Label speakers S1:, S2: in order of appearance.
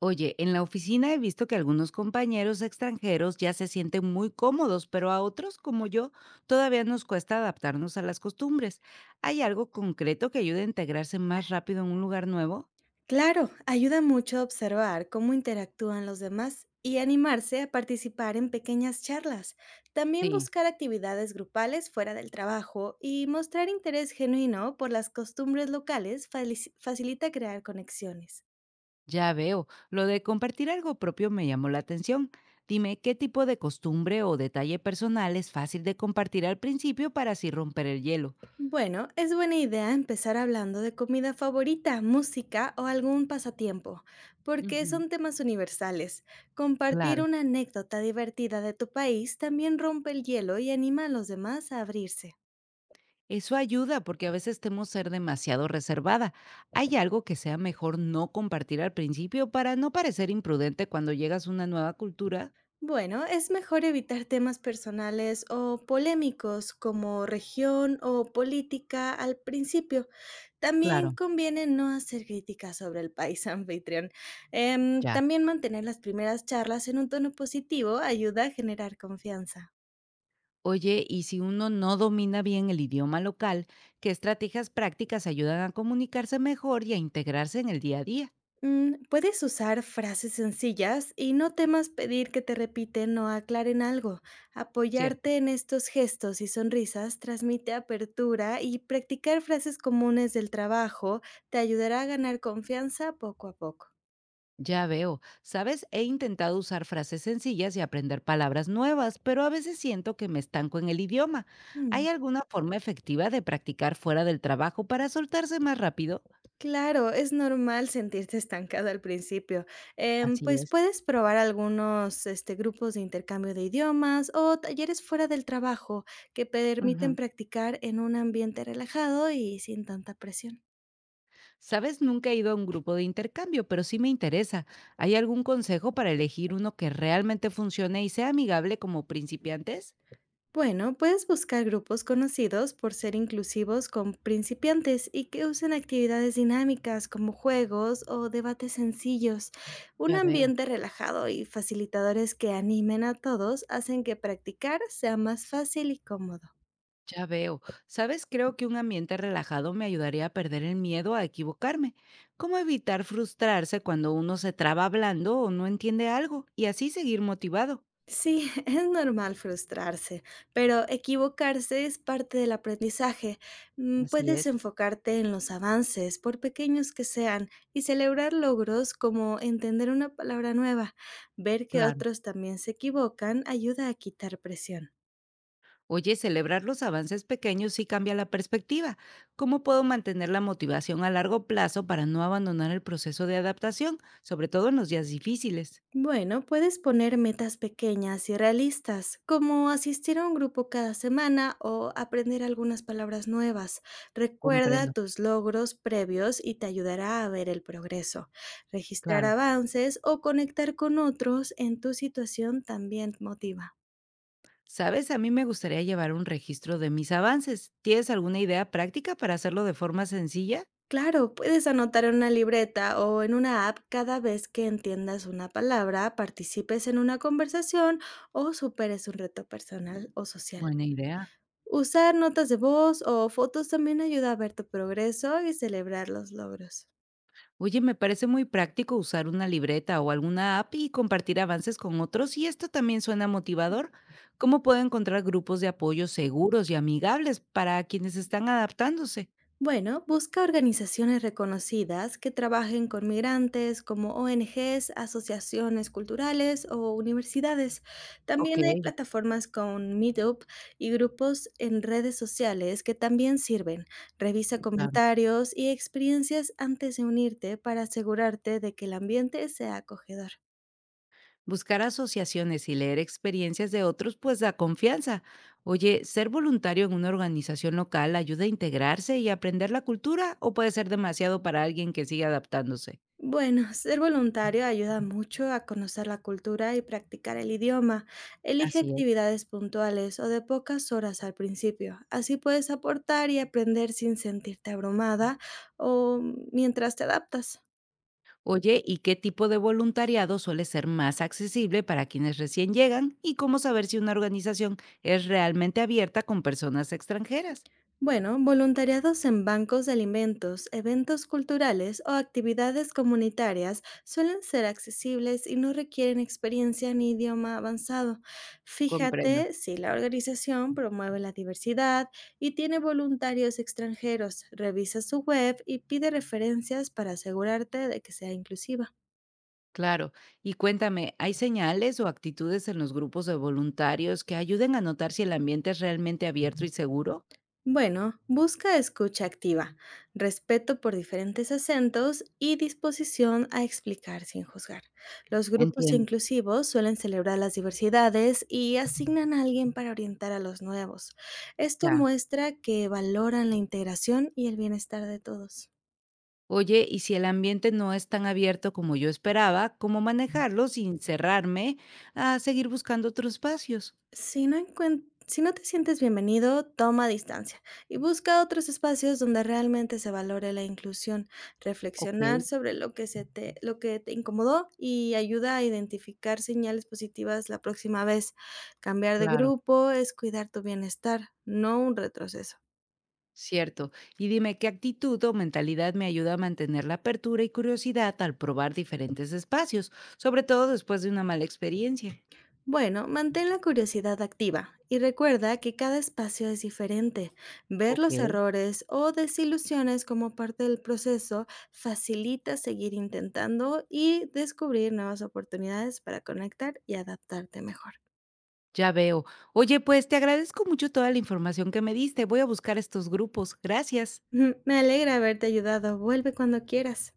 S1: Oye, en la oficina he visto que algunos compañeros extranjeros ya se sienten muy cómodos, pero a otros, como yo, todavía nos cuesta adaptarnos a las costumbres. ¿Hay algo concreto que ayude a integrarse más rápido en un lugar nuevo?
S2: Claro, ayuda mucho a observar cómo interactúan los demás y animarse a participar en pequeñas charlas. También
S1: Sí,
S2: buscar actividades grupales fuera del trabajo y mostrar interés genuino por las costumbres locales facilita crear conexiones.
S1: ya veo, lo de compartir algo propio me llamó la atención. Dime, ¿qué tipo de costumbre o detalle personal es fácil de compartir al principio para así romper el hielo?
S2: Bueno, es buena idea empezar hablando de comida favorita, música o algún pasatiempo, porque
S1: Ujú,
S2: son temas universales. Compartir
S1: claro.
S2: una anécdota divertida de tu país también rompe el hielo y anima a los demás a abrirse.
S1: Eso ayuda porque a veces temo ser demasiado reservada. ¿Hay algo que sea mejor no compartir al principio para no parecer imprudente cuando llegas a una nueva cultura?
S2: Bueno, es mejor evitar temas personales o polémicos como región o política al principio. También
S1: Claro,
S2: conviene no hacer críticas sobre el país anfitrión.
S1: ya.
S2: También mantener las primeras charlas en un tono positivo ayuda a generar confianza.
S1: Oye, y si uno no domina bien el idioma local, ¿qué estrategias prácticas ayudan a comunicarse mejor y a integrarse en el día a día?
S2: Puedes usar frases sencillas y no temas pedir que te repiten o aclaren algo.
S1: ¿Cierto?
S2: Apoyarte en estos gestos y sonrisas transmite apertura y practicar frases comunes del trabajo te ayudará a ganar confianza poco a poco.
S1: Ya veo. Sabes, he intentado usar frases sencillas y aprender palabras nuevas, pero a veces siento que me estanco en el idioma.
S2: Mm.
S1: ¿Hay alguna forma efectiva de practicar fuera del trabajo para soltarse más rápido?
S2: Claro, es normal sentirte estancada al principio. Em,
S1: Así
S2: pues
S1: es.
S2: puedes probar algunos grupos de intercambio de idiomas o talleres fuera del trabajo que permiten
S1: Ujú.
S2: practicar en un ambiente relajado y sin tanta presión.
S1: Sabes, nunca he ido a un grupo de intercambio, pero sí me interesa. ¿Hay algún consejo para elegir uno que realmente funcione y sea amigable como principiantes?
S2: Bueno, puedes buscar grupos conocidos por ser inclusivos con principiantes y que usen actividades dinámicas como juegos o debates sencillos. Un
S1: Ya veo.
S2: ambiente relajado y facilitadores que animen a todos hacen que practicar sea más fácil y cómodo.
S1: Ya veo. ¿Sabes? Creo que un ambiente relajado me ayudaría a perder el miedo a equivocarme. ¿Cómo evitar frustrarse cuando uno se traba hablando o no entiende algo y así seguir motivado?
S2: Sí, es normal frustrarse, pero equivocarse es parte del aprendizaje.
S1: Así
S2: Puedes
S1: es,
S2: enfocarte en los avances, por pequeños que sean, y celebrar logros como entender una palabra nueva. Ver que
S1: claro.
S2: otros también se equivocan ayuda a quitar presión.
S1: Oye, celebrar los avances pequeños sí cambia la perspectiva. ¿Cómo puedo mantener la motivación a largo plazo para no abandonar el proceso de adaptación, sobre todo en los días difíciles?
S2: Bueno, puedes poner metas pequeñas y realistas, como asistir a un grupo cada semana o aprender algunas palabras nuevas. Recuerda
S1: Comprendo,
S2: tus logros previos y te ayudará a ver el progreso. Registrar
S1: claro.
S2: avances o conectar con otros en tu situación también motiva.
S1: Sabes, a mí me gustaría llevar un registro de mis avances. ¿Tienes alguna idea práctica para hacerlo de forma sencilla?
S2: Claro, puedes anotar en una libreta o en una app cada vez que entiendas una palabra, participes en una conversación o superes un reto personal o social.
S1: Buena idea.
S2: Usar notas de voz o fotos también ayuda a ver tu progreso y celebrar los logros.
S1: Oye, me parece muy práctico usar una libreta o alguna app y compartir avances con otros, y esto también suena motivador. ¿Cómo puedo encontrar grupos de apoyo seguros y amigables para quienes están adaptándose?
S2: Bueno, busca organizaciones reconocidas que trabajen con migrantes como ONGs, asociaciones culturales o universidades.
S1: Ok,
S2: También hay plataformas con Meetup y grupos en redes sociales que también sirven. Revisa
S1: claro.
S2: comentarios y experiencias antes de unirte para asegurarte de que el ambiente sea acogedor.
S1: Buscar asociaciones y leer experiencias de otros pues da confianza. Oye, ser voluntario en una organización local ayuda a integrarse y aprender la cultura o puede ser demasiado para alguien que sigue adaptándose.
S2: Bueno, ser voluntario ayuda mucho a conocer la cultura y practicar el idioma. Elige
S1: Así es.
S2: actividades puntuales o de pocas horas al principio. Así puedes aportar y aprender sin sentirte abrumada o mientras te adaptas.
S1: Oye, ¿y qué tipo de voluntariado suele ser más accesible para quienes recién llegan? ¿Y cómo saber si una organización es realmente abierta con personas extranjeras?
S2: Bueno, voluntariados en bancos de alimentos, eventos culturales o actividades comunitarias suelen ser accesibles y no requieren experiencia ni idioma avanzado.
S1: Comprendo.
S2: Fíjate si la organización promueve la diversidad y tiene voluntarios extranjeros. Revisa su web y pide referencias para asegurarte de que sea inclusiva.
S1: Claro. Y cuéntame, ¿hay señales o actitudes en los grupos de voluntarios que ayuden a notar si el ambiente es realmente abierto y seguro?
S2: Bueno, busca escucha activa, respeto por diferentes acentos y disposición a explicar sin juzgar. Los grupos
S1: Entiendo,
S2: inclusivos suelen celebrar las diversidades y asignan a alguien para orientar a los nuevos. Esto
S1: ya.
S2: muestra que valoran la integración y el bienestar de todos.
S1: Oye, y si el ambiente no es tan abierto como yo esperaba, ¿cómo manejarlo sin cerrarme a seguir buscando otros espacios?
S2: Si no te sientes bienvenido, toma distancia y busca otros espacios donde realmente se valore la inclusión.
S1: Ok,
S2: Reflexionar sobre lo que te incomodó y ayuda a identificar señales positivas la próxima vez. Cambiar de
S1: claro.
S2: grupo es cuidar tu bienestar, no un retroceso.
S1: Cierto. Y dime, ¿qué actitud o mentalidad me ayuda a mantener la apertura y curiosidad al probar diferentes espacios, sobre todo después de una mala experiencia?
S2: Bueno, mantén la curiosidad activa y recuerda que cada espacio es diferente. Ver
S1: Ok.
S2: los errores o desilusiones como parte del proceso facilita seguir intentando y descubrir nuevas oportunidades para conectar y adaptarte mejor.
S1: Ya veo. Oye, pues te agradezco mucho toda la información que me diste. Voy a buscar estos grupos. Gracias.
S2: Me alegra haberte ayudado. Vuelve cuando quieras.